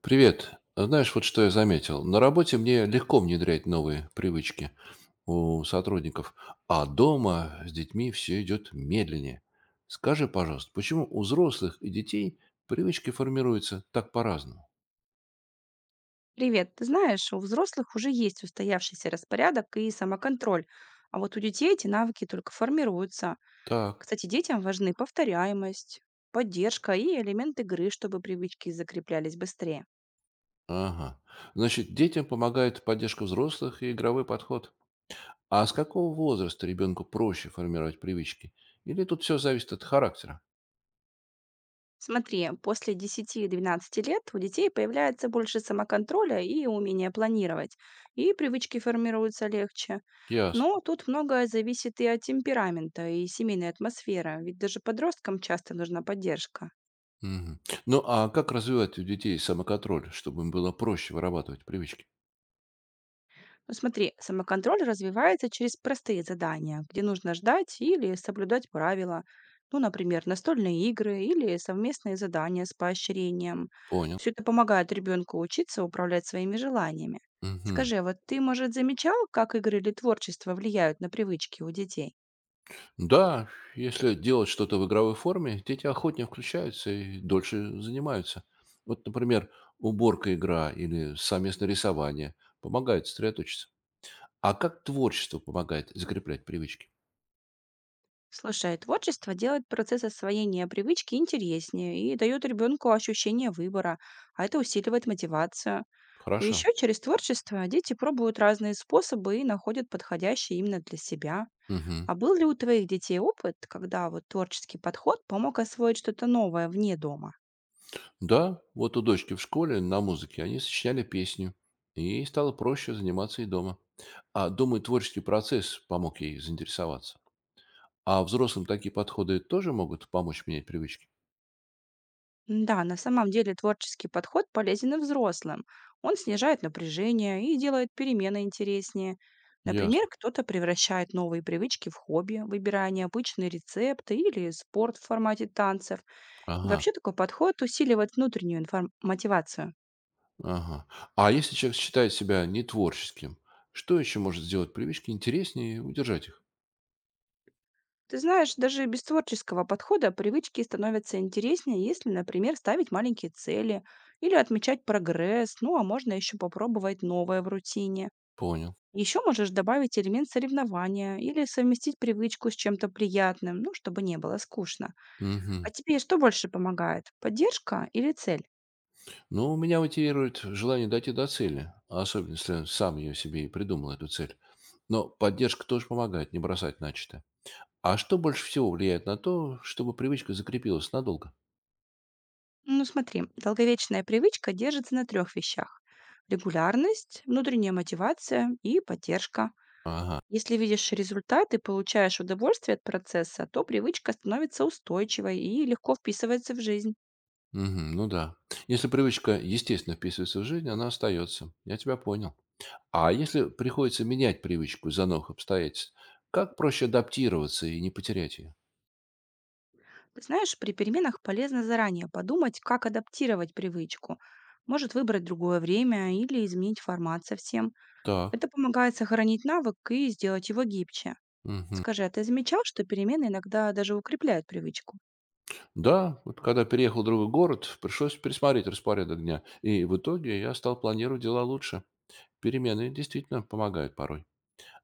Привет. Знаешь, вот что я заметил. На работе мне легко внедрять новые привычки у сотрудников, а дома с детьми все идет медленнее. Скажи, пожалуйста, почему у взрослых и детей привычки формируются так по-разному? Привет. Ты знаешь, у взрослых уже есть устоявшийся распорядок и самоконтроль, а вот у детей эти навыки только формируются. Так, Кстати, детям важны повторяемость, поддержка и элемент игры, чтобы привычки закреплялись быстрее. ага. Значит, детям помогает поддержка взрослых и игровой подход. А с какого возраста ребенку проще формировать привычки? Или тут все зависит от характера? Смотри, после 10-12 лет у детей появляется больше самоконтроля и умения планировать, и привычки формируются легче. Ясно. Но тут многое зависит и от темперамента, и семейной атмосферы, ведь даже подросткам часто нужна поддержка. Мгм. Ну, а как развивать у детей самоконтроль, чтобы им было проще вырабатывать привычки? Ну, смотри, самоконтроль развивается через простые задания, где нужно ждать или соблюдать правила. Ну, например, настольные игры или совместные задания с поощрением. Понял. Все это помогает ребенку учиться управлять своими желаниями. Мгм. Скажи, а вот ты, может, замечал, как игры или творчество влияют на привычки у детей? Да, если делать что-то в игровой форме, дети охотнее включаются и дольше занимаются. Вот, например, уборка игра или совместное рисование помогает сосредоточиться. А как творчество помогает закреплять привычки? Слушай, творчество делает процесс освоения привычки интереснее и дает ребенку ощущение выбора, а это усиливает мотивацию. И Хорошо. еще через творчество дети пробуют разные способы и находят подходящие именно для себя. Мгм. А был ли у твоих детей опыт, когда вот творческий подход помог освоить что-то новое вне дома? Да, вот у дочки в школе на музыке они сочиняли песню, и ей стало проще заниматься и дома. А, думаю, творческий процесс помог ей заинтересоваться. А взрослым такие подходы тоже могут помочь менять привычки? Да, на самом деле творческий подход полезен и взрослым. Он снижает напряжение и делает перемены интереснее. Например, Ясно. кто-то превращает новые привычки в хобби, выбирая необычные рецепты или спорт в формате танцев. И Ага, вообще такой подход усиливает внутреннюю мотивацию. ага. А если человек считает себя нетворческим, что еще может сделать привычки интереснее и удержать их? Ты знаешь, даже без творческого подхода привычки становятся интереснее, если, например, ставить маленькие цели или отмечать прогресс, ну а можно еще попробовать новое в рутине. Понял. Еще можешь добавить элемент соревнования или совместить привычку с чем-то приятным, ну, чтобы не было скучно. Мгм. А тебе что больше помогает? Поддержка или цель? Ну, меня мотивирует желание дойти до цели, особенно если сам ее себе и придумал, эту цель. Но поддержка тоже помогает не бросать начатое. А что больше всего влияет на то, чтобы привычка закрепилась надолго? Ну, смотри, долговечная привычка держится на трех вещах. Регулярность, внутренняя мотивация и поддержка. Если видишь результат и получаешь удовольствие от процесса, то привычка становится устойчивой и легко вписывается в жизнь. Мгм, ну да. Если привычка естественно вписывается в жизнь, она остается. Я тебя понял. А если приходится менять привычку из-за новых обстоятельств, как проще адаптироваться и не потерять ее? Ты знаешь, при переменах полезно заранее подумать, как адаптировать привычку. Может выбрать другое время или изменить формат совсем. Так. Это помогает сохранить навык и сделать его гибче. Мгм. Скажи, а ты замечал, что перемены иногда даже укрепляют привычку? Да, вот когда переехал в другой город, пришлось пересмотреть распорядок дня. И в итоге я стал планировать дела лучше. Перемены действительно помогают порой.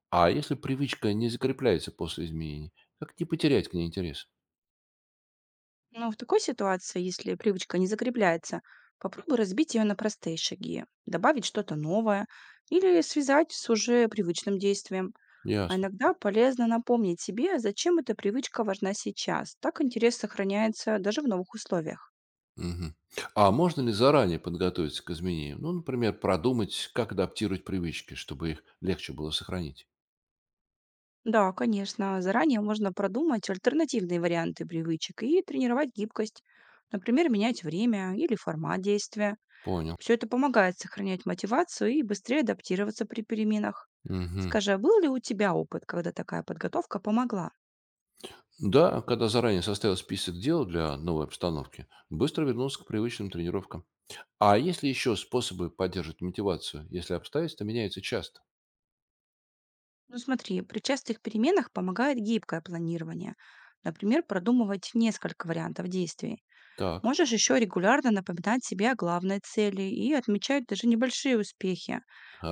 А если привычка не закрепляется после изменений, как не потерять к ней интерес? Но в такой ситуации, если привычка не закрепляется, попробуй разбить ее на простые шаги, добавить что-то новое или связать с уже привычным действием. А Ясно. иногда полезно напомнить себе, зачем эта привычка важна сейчас. Так интерес сохраняется даже в новых условиях. Мгм. А можно ли заранее подготовиться к изменениям? Ну, например, продумать, как адаптировать привычки, чтобы их легче было сохранить. Да, конечно, заранее можно продумать альтернативные варианты привычек и тренировать гибкость. Например, менять время или формат действия. Понял. Все это помогает сохранять мотивацию и быстрее адаптироваться при переменах. Мгм. Скажи, а был ли у тебя опыт, когда такая подготовка помогла? Да, когда заранее составил список дел для новой обстановки, быстро вернулся к привычным тренировкам. А есть ли еще способы поддерживать мотивацию, если обстоятельства меняются часто? Ну смотри, при частых переменах помогает гибкое планирование. Например, продумывать несколько вариантов действий. Так, Можешь еще регулярно напоминать себе о главной цели и отмечать даже небольшие успехи.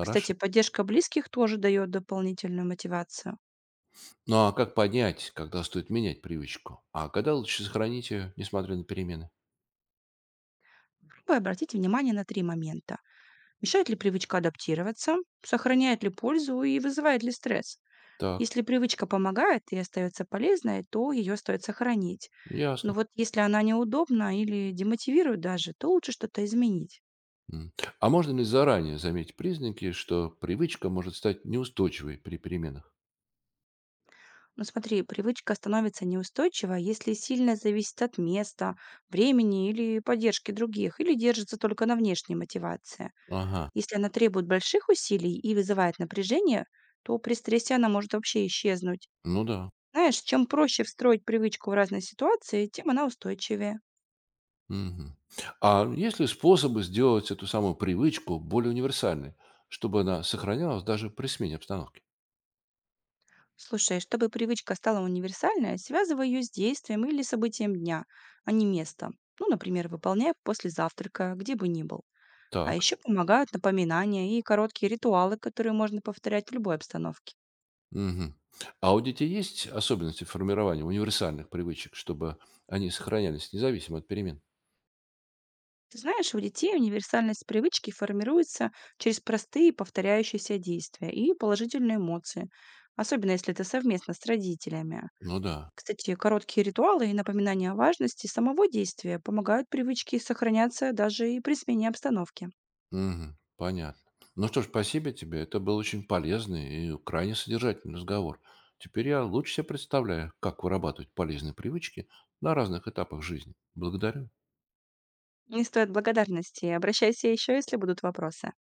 Кстати, поддержка близких тоже дает дополнительную мотивацию. Ну а как понять, когда стоит менять привычку? А когда лучше сохранить ее, несмотря на перемены? Попробуй обратить внимание на три момента. Мешает ли привычка адаптироваться, сохраняет ли пользу и вызывает ли стресс? Так, Если привычка помогает и остается полезной, то ее стоит сохранить. Но ясно. вот если она неудобна или демотивирует даже, то лучше что-то изменить. М. А можно ли заранее заметить признаки, что привычка может стать неустойчивой при переменах? Но смотри, привычка становится неустойчива, если сильно зависит от места, времени или поддержки других, или держится только на внешней мотивации. Ага, Если она требует больших усилий и вызывает напряжение, то при стрессе она может вообще исчезнуть. ну да. Знаешь, чем проще встроить привычку в разные ситуации, тем она устойчивее. Мгм. А есть ли способы сделать эту самую привычку более универсальной, чтобы она сохранялась даже при смене обстановки? Слушай, чтобы привычка стала универсальной, связывай ее с действием или событием дня, а не местом. Ну, например, выполняя после завтрака, где бы ни был. А Так. еще помогают напоминания и короткие ритуалы, которые можно повторять в любой обстановке. Мгм. А у детей есть особенности формирования универсальных привычек, чтобы они сохранялись независимо от перемен? Ты знаешь, у детей универсальность привычки формируется через простые повторяющиеся действия и положительные эмоции, особенно если это совместно с родителями. Ну да. Кстати, короткие ритуалы и напоминания о важности самого действия помогают привычке сохраняться даже и при смене обстановки. Мгм. Понятно. Ну что ж, спасибо тебе. Это был очень полезный и крайне содержательный разговор. Теперь я лучше себе представляю, как вырабатывать полезные привычки на разных этапах жизни. Благодарю. Не стоит благодарности, обращайся еще, если будут вопросы.